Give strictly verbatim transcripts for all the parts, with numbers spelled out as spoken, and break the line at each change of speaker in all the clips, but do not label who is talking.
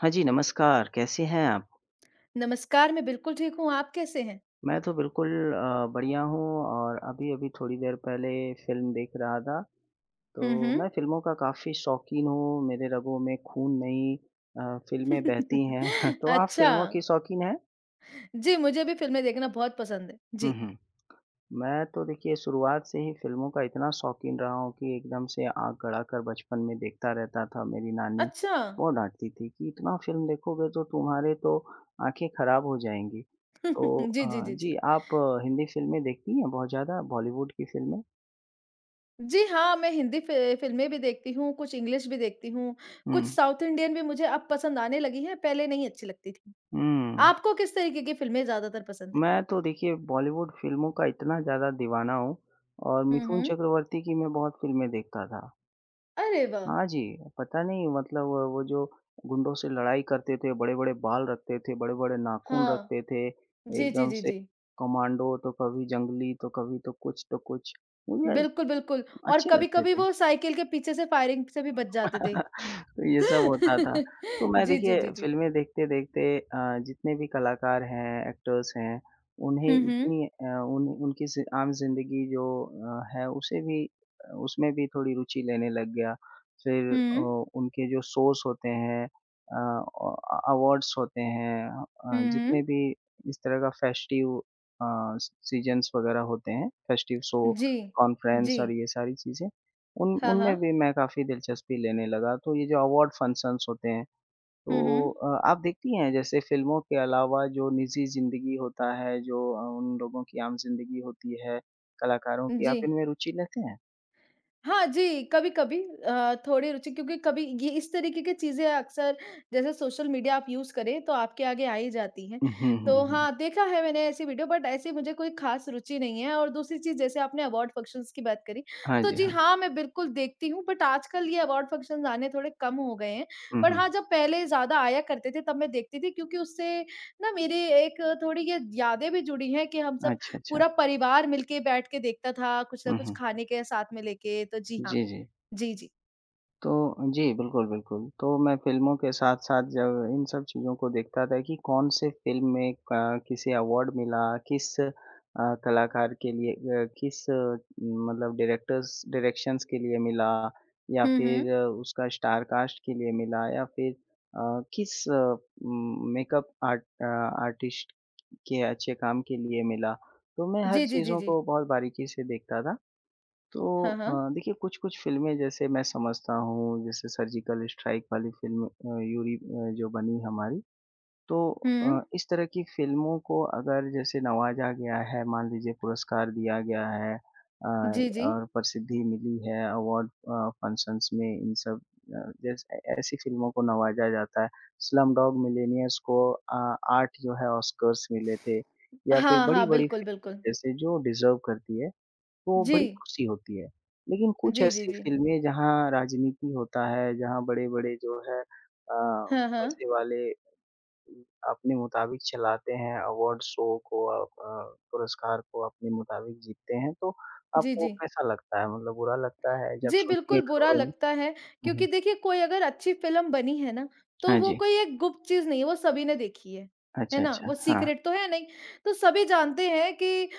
हाँ जी, नमस्कार, कैसे हैं आप?
नमस्कार, मैं बिल्कुल ठीक हूँ, आप कैसे हैं?
मैं तो बिल्कुल अ, बढ़िया हूँ और अभी-अभी थोड़ी देर पहले फ़िल्म देख रहा था,
हुँ,
तो
हुँ।
मैं फ़िल्मों का काफ़ी शौकीन हूँ, मेरे रगों में खून नहीं अ, फ़िल्में बहती हैं। तो आप
अच्छा।
फ़िल्मों की शौकीन हैं?
जी, मुझे भी फ़िल्में देखना बहुत पसंद है।
हुँ,
जी।
हुँ। मैं तो देखिए शुरुआत से ही फ़िल्मों का इतना शौकीन रहा हूँ कि एकदम से आँख गड़ा कर बचपन में देखता रहता था। मेरी नानी
अच्छा।
बहुत डाँटती थी कि इतना फ़िल्म देखोगे तो तुम्हारे तो आँखें खराब हो जाएँगी। तो
जी,
अ,
जी, जी,
जी
जी।
आप अ, हिंदी फ़िल्में देखती हैं बहुत ज़्यादा बॉलीवुड की फ़िल्में?
जी हाँ, मैं हिंदी फ़ि फ़िल्में भी देखती हूँ, कुछ इंग्लिश भी देखती हूँ,
हुँ।
कुछ साउथ इंडियन भी मुझे अब पसंद आने लगी हैं, पहले नहीं अच्छी लगती थी।
हुँ।
आपको किस तरीके की फ़िल्में ज़्यादातर पसंद हैं?
मैं तो देखिए बॉलीवुड फ़िल्मों का इतना ज़्यादा दीवाना हूँ और
हुँ,
मिथुन
हुँ।
चक्रवर्ती की मैं बहुत फ़िल्में देखता था।
अरे वाह!
हाँ जी, पता नहीं मतलब वो वो जो गुंडों से लड़ाई करते थे, बड़े-बड़े बाल रखते थे, बड़े-बड़े नाख़ून
हाँ।
रखते थे,
जी, जी,
एकदम
जी,
से
जी।
कमांडो तो कभी जंगली, तो कभी तो कुछ, तो कुछ। मुझे
बिल्कुल, बिल्कुल और
अच्छे लगते
कभी-कभी
थे।
वो साइकिल के पीछे से फायरिंग से भी बच जाते थे।
तो ये सब होता था। तो मैं
जी, जी,
देखिए
जी, जी।
फ़िल्में देखते-देखते अ, जितने भी कलाकार हैं, एक्टर्स हैं, उन्हें
हुँ, हुँ।
इतनी अ, उन उनकी ज़ि आम ज़िंदगी जो अ, है उसे भी अ, उसमें भी थोड़ी रुचि लेने लग गया। फिर अ,
हुँ,
उनके जो शोज़ होते हैं अ, अ, अ, अवार्ड्स होते हैं
हुँ,
अ, जितने
हुँ।
भी इस तरह का फेस्टिव अ, स सीज़न्स वग़ैरह होते हैं, फेस्टिव शो,
जी,
कॉन्फ्रेंस
जी।
और ये सारी चीज़ें, उन
हाँ, हाँ।
उनमें भी मैं काफ़ी दिलचस्पी लेने लगा, तो ये जो अवार्ड फंक्शन्स होते हैं,
हुँ,
तो
हुँ।
अ, आप देखती हैं जैसे फ़िल्मों के अलावा जो निजी ज़िंदगी होता है, जो अ, उन लोगों की आम ज़िंदगी होती है, कलाकारों की,
जी।
आप इनमें रुचि लेते हैं?
हाँ जी, कभी-कभी अ, थोड़ी रुचि क्योंकि कभी ये इस तरीके की चीज़ें अक्सर जैसे सोशल मीडिया आप यूज़ करें, तो आपके आगे आ ही जाती हैं।
हुँ, हुँ, हुँ।
तो
हुँ।
हाँ, देखा है मैंने ऐसी वीडियो बट ऐसी मुझे कोई ख़ास रुचि नहीं है और दूसरी चीज़ जैसे आपने अवार्ड फ़ंक्शंस की बात करी,
हाँ
तो
जी,
जी
हाँ।
हाँ, मैं बिल्कुल देखती हूँ बट आजकल ये अवार्ड फ़ंक्शंस आने थोड़े कम हो गए हैं।
हुँ,
पर
हुँ।
हाँ, जब पहले ज़्यादा आया करते थे तब मैं देखती थी क्योंकि उससे ना मेरी एक थोड़ी ये यादें भी जुड़ी हैं कि हम सब
अच्छा,
पूरा
अच्छा।
परिवार मिलके बैठ के देखता था, कुछ ना
हुँ,
कुछ
हुँ।
खाने के साथ में लेके, तो जी हाँ।
जी, जी।
जी, जी।
तो जी, बिल्कुल, बिल्कुल। तो मैं फ़िल्मों के साथ-साथ जब इन सब चीज़ों को देखता था कि कौन से फ़िल्म में क किसे अवार्ड मिला, किस अ, कलाकार के लिए अ, किस अ, मतलब डायरेक्टर्स डायरेक्शंस के लिए मिला या
हुँ, हुँ।
फिर अ, उसका स्टार कास्ट के लिए मिला या फिर अ, किस um, makeup art uh, artist के अच्छे काम के लिए मिला। तो मैं हर
जी, जी, जी,
चीज़ों
जी।
को बहुत बारीकी से देखता था। तो
हाँ,
अ,
हाँ।
देखिए कुछ-कुछ फ़िल्में जैसे मैं समझता हूँ, जैसे सर्जिकल स्ट्राइक वाली फ़िल्म अ, यूरी अ, जो बनी हमारी, तो
हुँ।
अ, इस तरह की फ़िल्मों को अगर जैसे नवाज़ा गया है, मान लीजिए पुरस्कार दिया गया है अ,
जी, जी।
और प्रसिद्धि मिली है अवार्ड अ, फंक्शंस में इन सब अ, जैसे ऐ ऐसी फ़िल्मों को नवाज़ा जाता है। स्लमडॉग मिलियनेयर्स को अ, आठ जो है ऑस्कर्स मिले थे या फिर
हाँ, हाँ,
बड़ी-बड़ी
बिल्कुल,
फ़िल्म
बिल्कुल।
जैसे जो डिज़र्व करती है, तो
जी।
बड़ी खुशी होती है। लेकिन कुछ
जी, जी,
ऐसी
जी।
फ़िल्में जहाँ राजनीति होता है, जहाँ बड़े-बड़े जो है अ,
हाँ, हाँ।
पैसे वाले अपने मुताबिक चलाते हैं, अवार्ड शो को अ अ, पुरस्कार को अपने मुताबिक जीतते हैं, तो
जी,
आपको
जी।
कैसा लगता है? मतलब बुरा लगता है जब
जी,
सुनती हैं
बिल्कुल बुरा
खबरों में?
लगता है
हुँ,
क्योंकि
हुँ।
देखिए कोई अगर अच्छी फ़िल्म बनी है ना, तो
हाँ
वो
जी।
कोई एक गुप्त चीज़ नहीं है, वो सभी ने देखी है, है
अच्छा,
ना?
अच्छा।
वो
हाँ।
सीक्रेट तो है नहीं, तो सभी जानते हैं कि अ,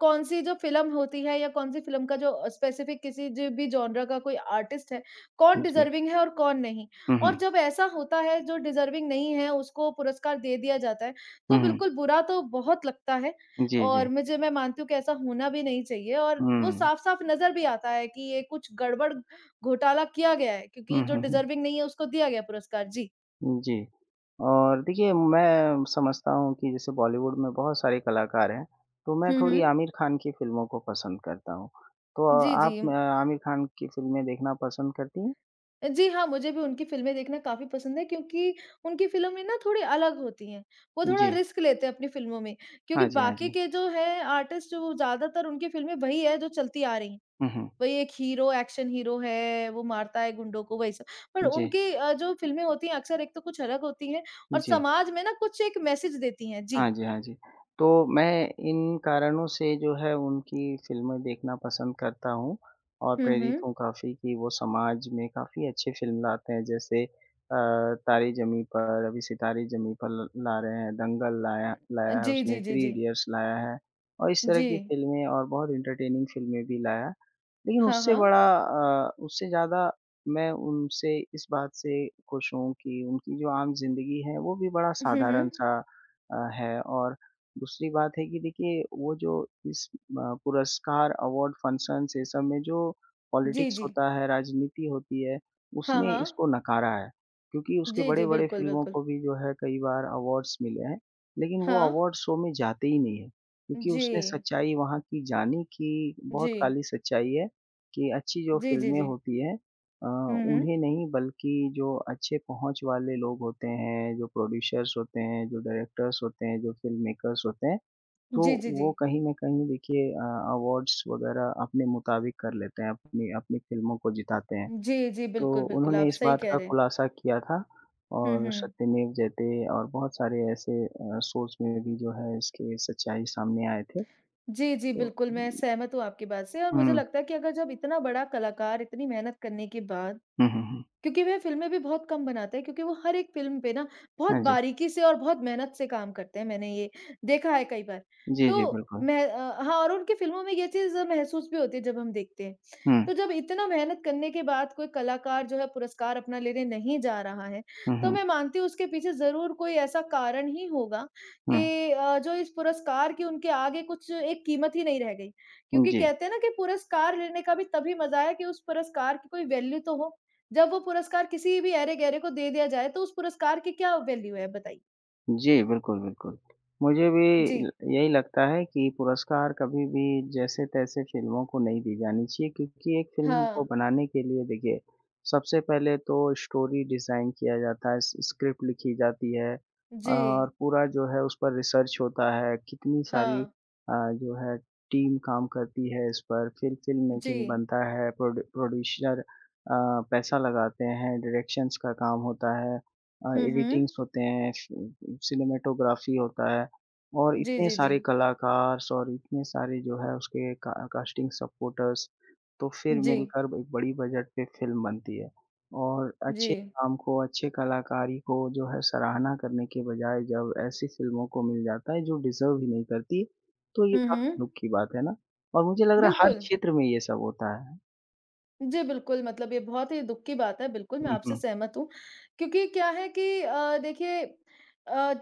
कौन-सी जो फ़िल्म होती है या कौन-सी फ़िल्म का जो अ, स्पेसिफ़िक किसी जो भी जॉनरा का कोई आर्टिस्ट है, कौन
जी।
डिज़र्विंग है और कौन नहीं।
हुँ,
और
हुँ।
जब ऐसा होता है जो डिज़र्विंग नहीं है उसको पुरस्कार दे दिया जाता है,
हुँ,
तो
हुँ।
बिल्कुल बुरा तो बहुत लगता है
जी, जी।
और मुझे मैं मानती हूँ कि ऐसा होना भी नहीं चाहिए और वो
हुँ।
साफ-साफ नज़र भी आता है कि ये कुछ गड़बड़ घोटाला किया गया है क्योंकि
हुँ,
जो
हुँ, हुँ।
डिज़र्विंग नहीं है उसको दिया गया पुरस्कार। जी।
जी। और देखिए मैं समझता हूँ कि जैसे बॉलीवुड में बहुत सारे कलाकार हैं, तो मैं
हुँ,
थोड़ी
हुँ।
आमिर खान की फ़िल्मों को पसंद करता हूँ। तो
जी,
आप
जी।
अ, आमिर खान की फ़िल्में देखना पसंद करती हैं?
जी हाँ, मुझे भी उनकी फ़िल्में देखना काफ़ी पसंद है क्योंकि उनकी फ़िल्में ना थोड़ी अलग होती हैं। वो थोड़ा
जी।
रिस्क लेते हैं अपनी फ़िल्मों में क्योंकि
हाँ जी, हाँ
बाकी
जी।
के जो हैं आर्टिस्ट वो ज़्यादातर उनकी फ़िल्में वही है जो चलती आ रही हैं।
हुँ, हुँ।
वही एक हीरो एक्शन हीरो है, वो मारता है गुंडों को वही सब। पर
जी,
उनकी अ, जो फ़िल्में होती हैं अक्सर एक तो कुछ अलग होती हैं और
जी।
समाज में ना कुछ एक मैसेज देती हैं। जी।
हाँ जी, हाँ जी। तो मैं इन कारणों से जो है उनकी फ़िल्में देखना पसंद करता हूँ और
हुँ,
प्रेरित
हुँ।
हूँ काफ़ी कि वो समाज में काफ़ी अच्छी फ़िल्म लाते हैं जैसे अ, तारे ज़मीं पर, अभी सितारे ज़मीं पर ल ला रहे हैं, दंगल लाया
उम,
लाया है
जी,
उसने,
जी, जी,
थ्री
जी।
इडियट्स लाया है और इस तरह
जी।
की फ़िल्में और बहुत एंटरटेनिंग फ़िल्में भी लाया। लेकिन
हाँ,
उससे
हाँ।
बड़ा अ, उससे ज़्यादा मैं उनसे इस बात से खुश हूँ कि उनकी जो आम ज़िंदगी है वो भी बड़ा
हुँ, हुँ।
साधारण-सा अ, है और दूसरी बात है कि देखिए वो जो इस अ, पुरस्कार, अवार्ड फंक्शन्स ये सब में जो
जी,
पॉलिटिक्स
जी।
होता है, राजनीति होती है,
हाँ,
उसने
हाँ।
इसको नकारा है। क्योंकि उसके
जी, जी,
बड़े-बड़े
बिल्कुल,
फ़िल्मों
बिल्कुल।
को भी जो है कई बार अवार्ड्स मिले हैं, लेकिन वो
हाँ।
अवार्ड शो में जाते ही नहीं है। क्योंकि
जी।
उसने सच्चाई वहाँ की जानी कि बहुत
जी।
काली सच्चाई है, कि अच्छी जो
जी, जी,
फ़िल्में
जी।
होती हैं अ,
हुँ, हुँ।
उन्हें नहीं बल्कि जो अच्छे पहुँच वाले लोग होते हैं, जो प्रोड्यूसर्स होते हैं, जो डायरेक्टर्स होते हैं, जो फ़िल्म मेकर्स होते हैं, तो
जी, जी, जी।
वो कहीं न कहीं देखिए अ, अवार्ड्स वग़ैरह अपने मुताबिक कर लेते हैं, अपनी अपनी फ़िल्मों को जिताते हैं।
जी, जी,
तो
बिल्कुल, बिल्कुल,
उन्होंने
आप
इस
सही
बात
कह
का
रहे हैं।
खुलासा किया था
हुँ,
और
हुँ।
सत्यमेव जयते और बहुत सारे ऐसे अ, सोर्स में भी जो है इसकी सच्चाई सामने आए थे।
जी, जी,
तो
बिल्कुल, मैं सहमत हूँ आपकी बात से और मुझे
हुँ,
लगता है कि अगर जब इतना बड़ा कलाकार इतनी मेहनत करने के बाद
हुँ, हुँ, हुँ।
क्योंकि वह फ़िल्में भी बहुत कम बनाते हैं क्योंकि वो हर एक फ़िल्म पे ना बहुत
हाँ जी।
बारीकी से और बहुत मेहनत से काम करते हैं, मैंने ये देखा है कई बार।
जी, जी,
तो
बिल्कुल।
मैं अ, हाँ और उनकी फ़िल्मों में ये चीज़ महसूस भी होती है जब हम देखते हैं।
हुँ,
तो जब इतना मेहनत करने के बाद कोई कलाकार जो है पुरस्कार अपना लेने नहीं जा रहा है,
हुँ,
तो
हुँ,
मैं मानती हूँ उसके पीछे ज़रूर कोई ऐसा कारण ही होगा
हुँ।
कि अ, जो इस पुरस्कार की उनके आगे कुछ एक कीमत ही नहीं रह गई। क्योंकि
जी।
कहते हैं ना कि पुरस्कार लेने का भी तभी मज़ा है कि उस पुरस्कार की कोई वैल्यू तो हो। जब वो पुरस्कार किसी भी ऐरे-गैरे को दे दिया जाए, तो उस पुरस्कार की क्या वैल्यू है बताइए?
जी, बिल्कुल, बिल्कुल। मुझे भी ल
जी।
यही लगता है कि पुरस्कार कभी भी जैसे-तैसे फ़िल्मों को नहीं दी जानी चाहिए क्योंकि एक फ़िल्म को
हाँ।
बनाने के लिए देखिए, सबसे पहले तो स्टोरी डिज़ाइन किया जाता है, स स्क्रिप्ट लिखी जाती है
जी।
और पूरा जो है उस पर रिसर्च होता है, कितनी सारी अ,
हाँ।
जो है टीम काम करती है इस पर, फिर फ़िल्म
जी।
मेकिंग बनता है, प्रोड प्रोड्यूसर अ, पैसा लगाते हैं, डायरेक्शंस का काम होता है अ,
हुँ, हुँ।
एडिटिंग्स होते हैं। फ़ि सिनेमेटोग्राफ़ी होता है और
जी,
इतने
जी, जी।
सारे कलाकार और इतने सारे जो है उसके का कास्टिंग सपोर्टर्स, तो फिर
जी।
मिलकर एक बड़ी बजट पे फ़िल्म बनती है। और
जी।
अच्छे काम को, अच्छे कलाकारी को जो है सराहना करने के बजाय जब ऐसी फ़िल्मों को मिल जाता है जो डिज़र्व ही नहीं करती, तो ये
हुँ,
काफ़ी
हुँ।
दुःख की बात है ना? और मुझे लग रहा है हर
बिल्कुल।
क्षेत्र में ये सब होता है।
जी, बिल्कुल मतलब ये बहुत ही दुःख की बात है, बिल्कुल मैं
हुँ,
आपसे
हुँ।
सहमत हूँ। क्योंकि क्या है कि अ, देखिए अ,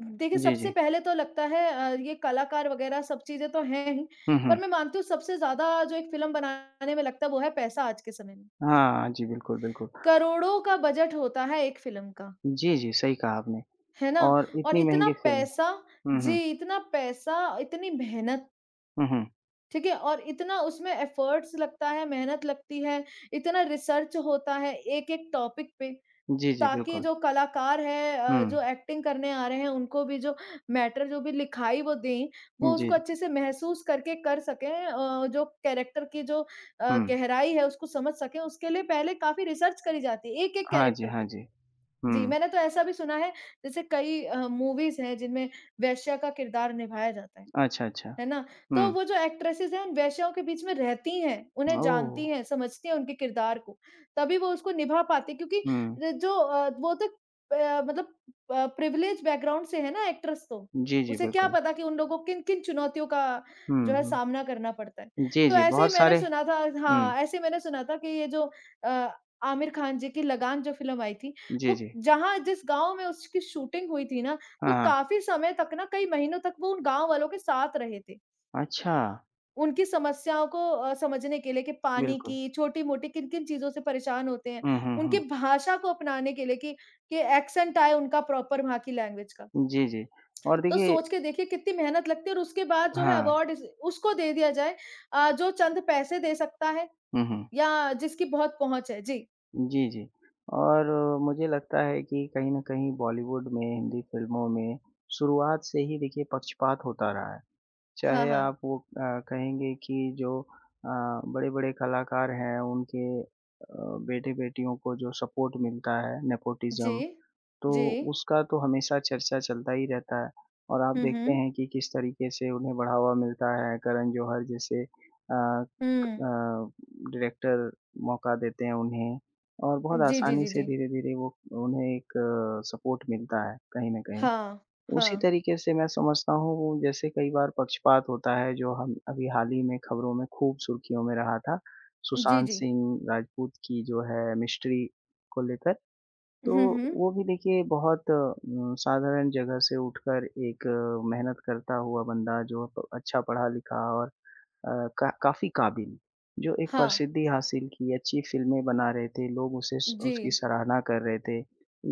देखिए
जी,
सबसे
जी।
पहले तो लगता है अ, ये कलाकार वगैरह सब चीज़ें तो हैं ही,
हुँ,
पर
हुँ।
मैं मानती हूँ सबसे ज़्यादा जो एक फ़िल्म बनाने में लगता है वो है पैसा आज के समय में।
हाँ, जी बिल्कुल, बिल्कुल।
करोड़ों का बजट होता है एक फ़िल्म का,
जी, जी, सही कहा आपने
है ना?
और
और
इतनी
इतना
महँगी फ़िल्म।
पैसा
हुँ, हुँ।
जी, इतना पैसा, इतनी मेहनत,
हुँ, हुँ।
ठीक है? और इतना उसमें एफ़र्ट्स लगता है, मेहनत लगती है, इतना रिसर्च होता है एक-एक टॉपिक पे,
जी, जी,
ताकि
बिल्कुल।
जो कलाकार है अ,
हुँ,
जो एक्टिंग करने आ रहे हैं, उनको भी जो मैटर जो भी लिखाई वो दें, वो
जी,
उसको अच्छे से महसूस करके कर सकें अ, जो कैरेक्टर की जो अ,
हुँ।
गहराई है, उसको समझ सकें, उसके लिए पहले काफ़ी रिसर्च करी जाती है, एक-एक
हाँ जी,
कैरेक्टर
हाँ
पे।
जी।
जी,
हुँ,
मैंने तो ऐसा भी सुना है जैसे कई अ, मूवीज़ हैं जिनमें वेश्या का किरदार निभाया जाता है।
अच्छा, अच्छा।
है ना? तो
हुँ,
वो जो एक्ट्रेसेस हैं, उन वेश्याओं के बीच में रहती हैं, उन्हें जानती
ओह!
हैं, समझती हैं उनके किरदार को, तभी वो उसको निभा पाती हैं क्योंकि
हुँ,
अ, जो अ, वो तो अ, मतलब अ, प्रिविलेज बैकग्राउंड से है ना एक्ट्रेस तो,
जी, जी,
उसे क्या
बिल्कुल।
पता कि उन लोगों को किन-किन चुनौतियों का जो
हुँ,
है
हुँ।
सामना करना पड़ता है।
जी,
तो
जी,
ऐसे ही
बहुत
मैंने
सारे
सुना था
हुँ,
हाँ, ऐसे मैंने सुना था कि ये जो अ, आमिर खान जी की लगान जो फ़िल्म आई थी,
जी,
वो
जी।
जहाँ जिस गाँव में उसकी शूटिंग हुई थी ना
हाँ,
तो
हाँ।
काफ़ी समय तक ना कई महीनों तक वो उन गाँव वालों के साथ रहे थे।
अच्छा,
उनकी समस्याओं को अ, समझने के लिए कि पानी
बिल्कुल।
की, छोटी-मोटी किन-किन चीज़ों से परेशान होते हैं।
हुँ, हुँ,
उनकी
हुँ।
भाषा को अपनाने के लिए कि कि एक्सेंट आए उनका प्रॉपर वहाँ की लैंग्वेज का।
जी, जी। और
तो
देखिए
सोच के देखिए कितनी मेहनत लगती है और उसके बाद जो है
हाँ।
अवार्ड इस उसको दे दिया जाए अ, जो चंद पैसे दे सकता है
हुँ, हुँ।
या जिसकी बहुत पहुँच है। जी।
जी, जी। और मुझे लगता है कि कहीं न कहीं बॉलीवुड में, हिंदी फ़िल्मों में शुरुआत से ही देखिए पक्षपात होता रहा है।
हाँ,
चाहे
हाँ।
आप वो अ, कहेंगे कि जो अ, बड़े-बड़े कलाकार हैं उनके अ, बेटे-बेटियों को जो सपोर्ट मिलता है
जी।
नेपोटिज़्म, तो
जी।
उसका तो हमेशा चर्चा चलता ही रहता है और आप
हुँ,
देखते
हुँ।
हैं कि किस तरीके से उन्हें बढ़ावा मिलता है, करण जौहर जैसे अ
हुँ।
अ, डायरेक्टर मौका देते हैं उन्हें और बहुत
जी, जी,
आसानी
जी,
से
जी।
धीरे-धीरे वो उन्हें एक सपोर्ट मिलता है कहीं न कहीं।
हाँ,
उसी
हाँ।
तरीके से मैं समझता हूँ वो जैसे कई बार पक्षपात होता है जो हम अभी हाल ही में खबरों में खूब सुर्खियों में रहा था,
जी,
सुशांत
जी।
सिंह राजपूत की जो है मिस्ट्री को लेकर। तो
हुँ, हुँ।
वो भी देखिए बहुत उम, साधारण जगह से उठकर एक अ, मेहनत करता हुआ बंदा जो प अच्छा पढ़ा-लिखा और अ, का काफ़ी काबिल, जो एक
हाँ,
प्रसिद्धि हासिल की, अच्छी फ़िल्में बना रहे थे, लोग उसे स
जी।
उसकी सराहना कर रहे थे।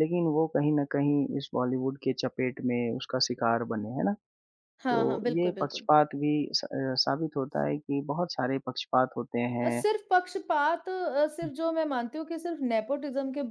लेकिन वो कहीं न कहीं इस बॉलीवुड के चपेट में उसका शिकार बने, है ना?
हाँ,
तो
हाँ,
ये
बिल्कुल, बिल्कुल।
पक्षपात भी स अ, साबित होता है कि बहुत सारे पक्षपात होते
अ,
हैं।
सिर्फ़ पक्षपात अ, सिर्फ़ जो मैं मानती हूँ कि सिर्फ़ नेपोटिज़्म के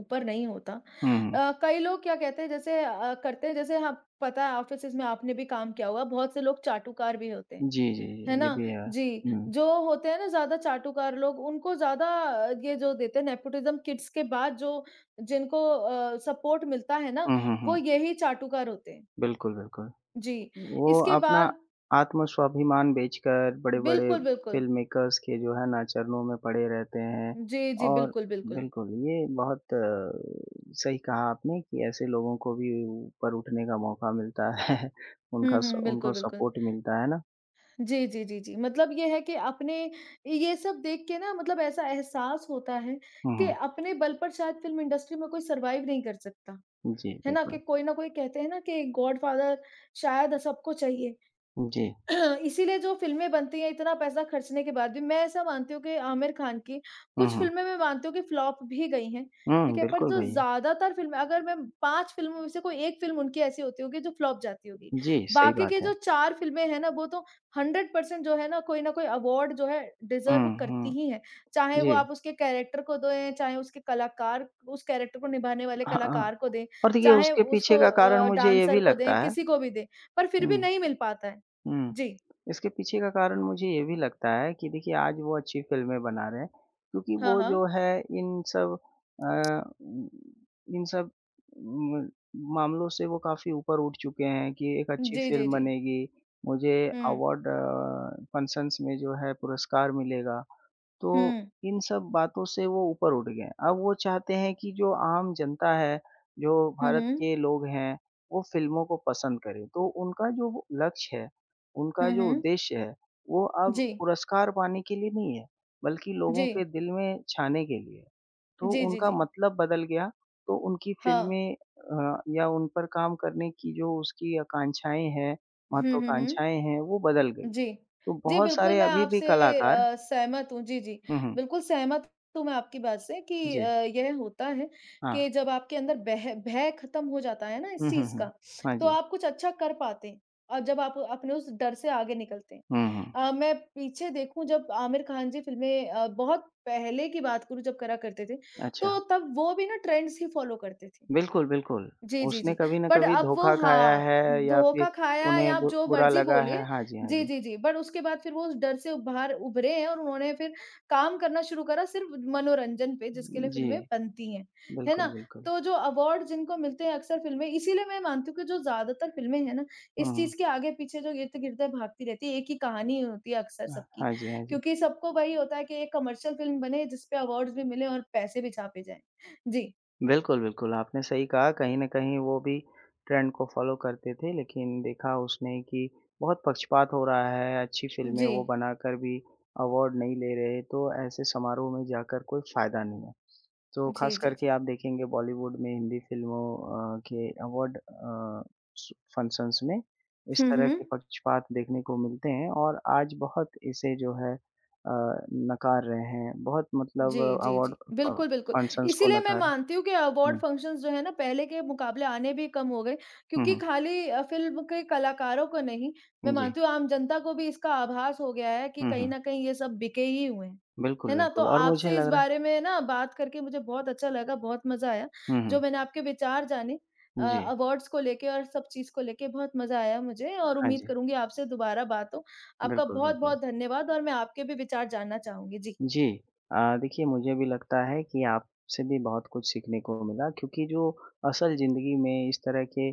ऊपर नहीं होता।
हुँ, हुँ।
अ, कई लोग क्या कहते हैं जैसे अ, करते हैं जैसे हाँ, पता है ऑफ़िसेज़ में आपने भी काम किया होगा, बहुत से लोग चाटुकार भी होते हैं,
जी, जी,
है
जी, ये
ना?
भी है।
जी,
हुँ।
जो होते हैं ना ज़्यादा चाटुकार लोग उनको ज़्यादा अ, ये जो देते हैं नेपोटिज़्म किड्स के बाद जो जिनको अ, सपोर्ट मिलता है ना,
हुँ, हुँ,
वो
हुँ।
यही चाटुकार होते हैं।
बिल्कुल, बिल्कुल।
जी,
वो
इसके
अपना
बाद
आत्म-स्वाभिमान बेचकर बड़े-बड़े
बिल्कुल, बिल्कुल।
फ़िल्म मेकर्स के जो है ना चरणों में पड़े रहते हैं
जी, जी,
और
बिल्कुल, बिल्कुल।
बिल्कुल, ये बहुत अ, सही कहा आपने कि ऐसे लोगों को भी ऊपर उठने का मौका मिलता है,
हुँ,
उनका स
हुँ, बिल्कुल,
उनको
बिल्कुल।
सपोर्ट मिलता है ना?
जी, जी, जी, जी। मतलब ये है कि अपने ये सब देख के ना मतलब ऐसा एहसास होता है
हुँ,
कि
हुँ।
अपने बल पर शायद फ़िल्म इंडस्ट्री में कोई सर्वाइव नहीं कर सकता,
जी,
है ना? कि
बिल्कुल।
कोई ना कोई कहते हैं ना कि गॉडफ़ादर शायद सबको चाहिए।
जी।
इसीलिए जो फ़िल्में बनती हैं इतना पैसा खर्चने के बाद भी, मैं ऐसा मानती हूँ कि आमिर खान की
हुँ,
कुछ
हुँ।
फ़िल्में मैं मानती हूँ कि फ्लॉप भी गई हैं,
हुँ,
ठीक है? पर
बिल्कुल
जो
गई है।
ज़्यादातर फ़िल्में अगर मैं पाँच फ़िल्मों में से कोई एक फ़िल्म उनकी ऐसी होती होगी जो फ्लॉप जाती होगी।
जी, सही
बाकी
बात
की
है।
जो चार फ़िल्में हैं ना, वो तो हंड्रेड परसेंट जो है ना, कोई न कोई अवार्ड जो है
हुँ,
डिज़र्व करती
हुँ।
ही हैं। चाहे वो
जी।
आप उसके कैरेक्टर को दें, चाहे उसके कलाकार उस कैरेक्टर को निभाने वाले
हाँ, हाँ।
कलाकार को दें,
और देखिए
चाहे
उसके
उसको
पीछे का कारण
अ,
मुझे ये
डांसर
भी
को
लगता
दें,
है
किसी को भी दें, पर फिर भी
हुँ।
नहीं मिल पाता है।
हुँ।
जी।
इसके पीछे का कारण मुझे ये भी लगता है कि देखिए आज वो अच्छी फ़िल्में बना रहे हैं, क्योंकि
हाँ,
वो
हाँ।
जो है इन सब अ, इन सब म मामलों से वो काफ़ी ऊपर उठ चुके हैं कि एक अच्छी
जी, जी,
फ़िल्म
जी।
बनेगी, मुझे
हुँ,
अवार्ड अ, फंक्शन्स में जो है पुरस्कार मिलेगा। तो
हुँ,
इन सब बातों से वो ऊपर उठ गए हैं। अब वो चाहते हैं कि जो आम जनता है, जो
हुँ,
भारत
हुँ,
के लोग हैं, वो फ़िल्मों को पसंद करें। तो उनका जो लक्ष्य है, उनका
हुँ,
जो
हुँ।
उद्देश्य है, वो अब
जी,
पुरस्कार पाने के लिए नहीं है, बल्कि
जी,
लोगों के दिल में छाने के लिए है। तो
जी, जी,
उनका
जी।
मतलब बदल गया, तो उनकी
हाँ।
फ़िल्में अ, या उन पर काम करने की जो उसकी आकांक्षाएँ हैं,
हुँ, हुँ, हुँ।
महत्वाकांक्षाएँ हैं, वो बदल गई।
जी।
तो
जी,
बहुत
बिल्कुल
सारे
मैं
अभी भी
आपसे
कलाकार
अ, सहमत हूँ। जी, जी।
हुँ, हुँ।
बिल्कुल सहमत हूँ मैं आपकी बात से कि अ,
जी।
यह होता है
हाँ।
कि जब आपके अंदर बह भय खत्म हो जाता है ना इस
हुँ, हुँ,
चीज़
हुँ।
का,
हाँ
तो
जी।
आप कुछ अच्छा कर पाते हैं और जब आप अपने उस डर से आगे निकलते हैं।
हुँ, हुँ।
अ, मैं पीछे देखूँ जब आमिर खान जी फ़िल्में अ, बहुत पहले की बात करूँ जब करा करते थे,
अच्छा,
तो तब वो भी ना ट्रेंड्स ही फ़ॉलो करते थे।
बिल्कुल, बिल्कुल।
जी, जी,
उसने
जी।
कभी न
बट
कभी
अब वो
धोखा खाया
हाँ,
है या फिर
धोखा खाया
उन्हें
या आप
बु
जो
बुरा
मर्ज़ी
लगा है।
बोलिए
हाँ जी, हाँ
जी,
जी।
जी, जी। बट उसके बाद फिर वो उस डर से बाहर उभरे हैं और उन्होंने फिर काम करना शुरू करा सिर्फ़ मनोरंजन पे जिसके लिए
जी,
फ़िल्में बनती हैं। है
बिल्कुल,
ना?
बिल्कुल।
तो जो अवार्ड जिनको मिलते हैं अक्सर फ़िल्में इसीलिए मैं मानती हूँ कि जो ज़्यादातर फ़िल्में हैं ना,
हुँ,
इस
हुँ।
चीज़ के आगे-पीछे जो इर्द-गिर्द भागती रहती है, एक ही कहानी होती है अक्सर
अ,
सबकी।
हाँ जी, हाँ जी।
क्योंकि सबको वही होता है कि एक कमर्शियल फ़िल्म बने जिस पे अवार्ड्स भी मिले और पैसे भी छापे जाएँ। जी,
बिल्कुल, बिल्कुल, आपने सही कहा कहीं न कहीं वो भी ट्रेंड को फ़ॉलो करते थे लेकिन देखा उसने कि बहुत पक्षपात हो रहा है, अच्छी फ़िल्में
जी।
वो बनाकर भी अवार्ड नहीं ले रहे, तो ऐसे समारोह में जाकर कोई फ़ायदा नहीं है। तो
जी,
ख़ास
जी,
करके
जी।
आप देखेंगे बॉलीवुड में हिंदी फ़िल्मों अ, के अवार्ड अ, स फंक्शन्स में इस
हुँ,
तरह
हुँ।
के पक्षपात देखने को मिलते हैं और आज बहुत इसे जो है अ, नकार रहे हैं। बहुत मतलब
जी, जी,
अवार्ड
जी।
अ,
बिल्कुल, बिल्कुल।
फंक्शन्स को
इसीलिए मैं
नकार।
मानती हूँ कि अवार्ड
हुँ,
फ़ंक्शंस जो है ना पहले के मुकाबले आने भी कम हो गए
हुँ,
क्योंकि
हुँ।
खाली अ, फ़िल्म के कलाकारों को नहीं, मैं
जी।
मानती हूँ आम जनता को भी इसका आभास हो गया है कि
हुँ,
कहीं
हुँ।
न कहीं ये सब बिके ही हुए हैं।
बिल्कुल,
है ना? तो
बिल्कुल और मुझे
आपसे इस
लग रहा
बारे में ना बात करके मुझे बहुत अच्छा लगा, बहुत मज़ा आया।
हुँ, हुँ।
जो मैंने आपके विचार जाने अ,
जी।
अवार्ड्स को लेके और सब चीज़ को लेके बहुत मज़ा आया मुझे और
हाँ
उम्मीद
जी।
करूँगी आपसे दोबारा बात हो। आपका
बिल्कुल, बिल्कुल।
बहुत-बहुत धन्यवाद और मैं आपके भी विचार जानना चाहूँगी। जी।
जी। अ, देखिए मुझे भी लगता है कि आपसे भी बहुत कुछ सीखने को मिला क्योंकि जो असल ज़िंदगी में इस तरह के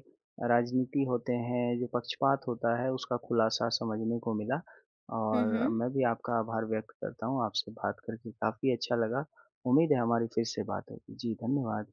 राजनीति होते हैं, जो पक्षपात होता है उसका खुलासा समझने को मिला।
हुँ,
और
हुँ।
मैं भी आपका आभार व्यक्त करता हूँ, आपसे बात करके काफ़ी अच्छा लगा। उम्मीद है हमारी फिर से बात होगी। जी, धन्यवाद।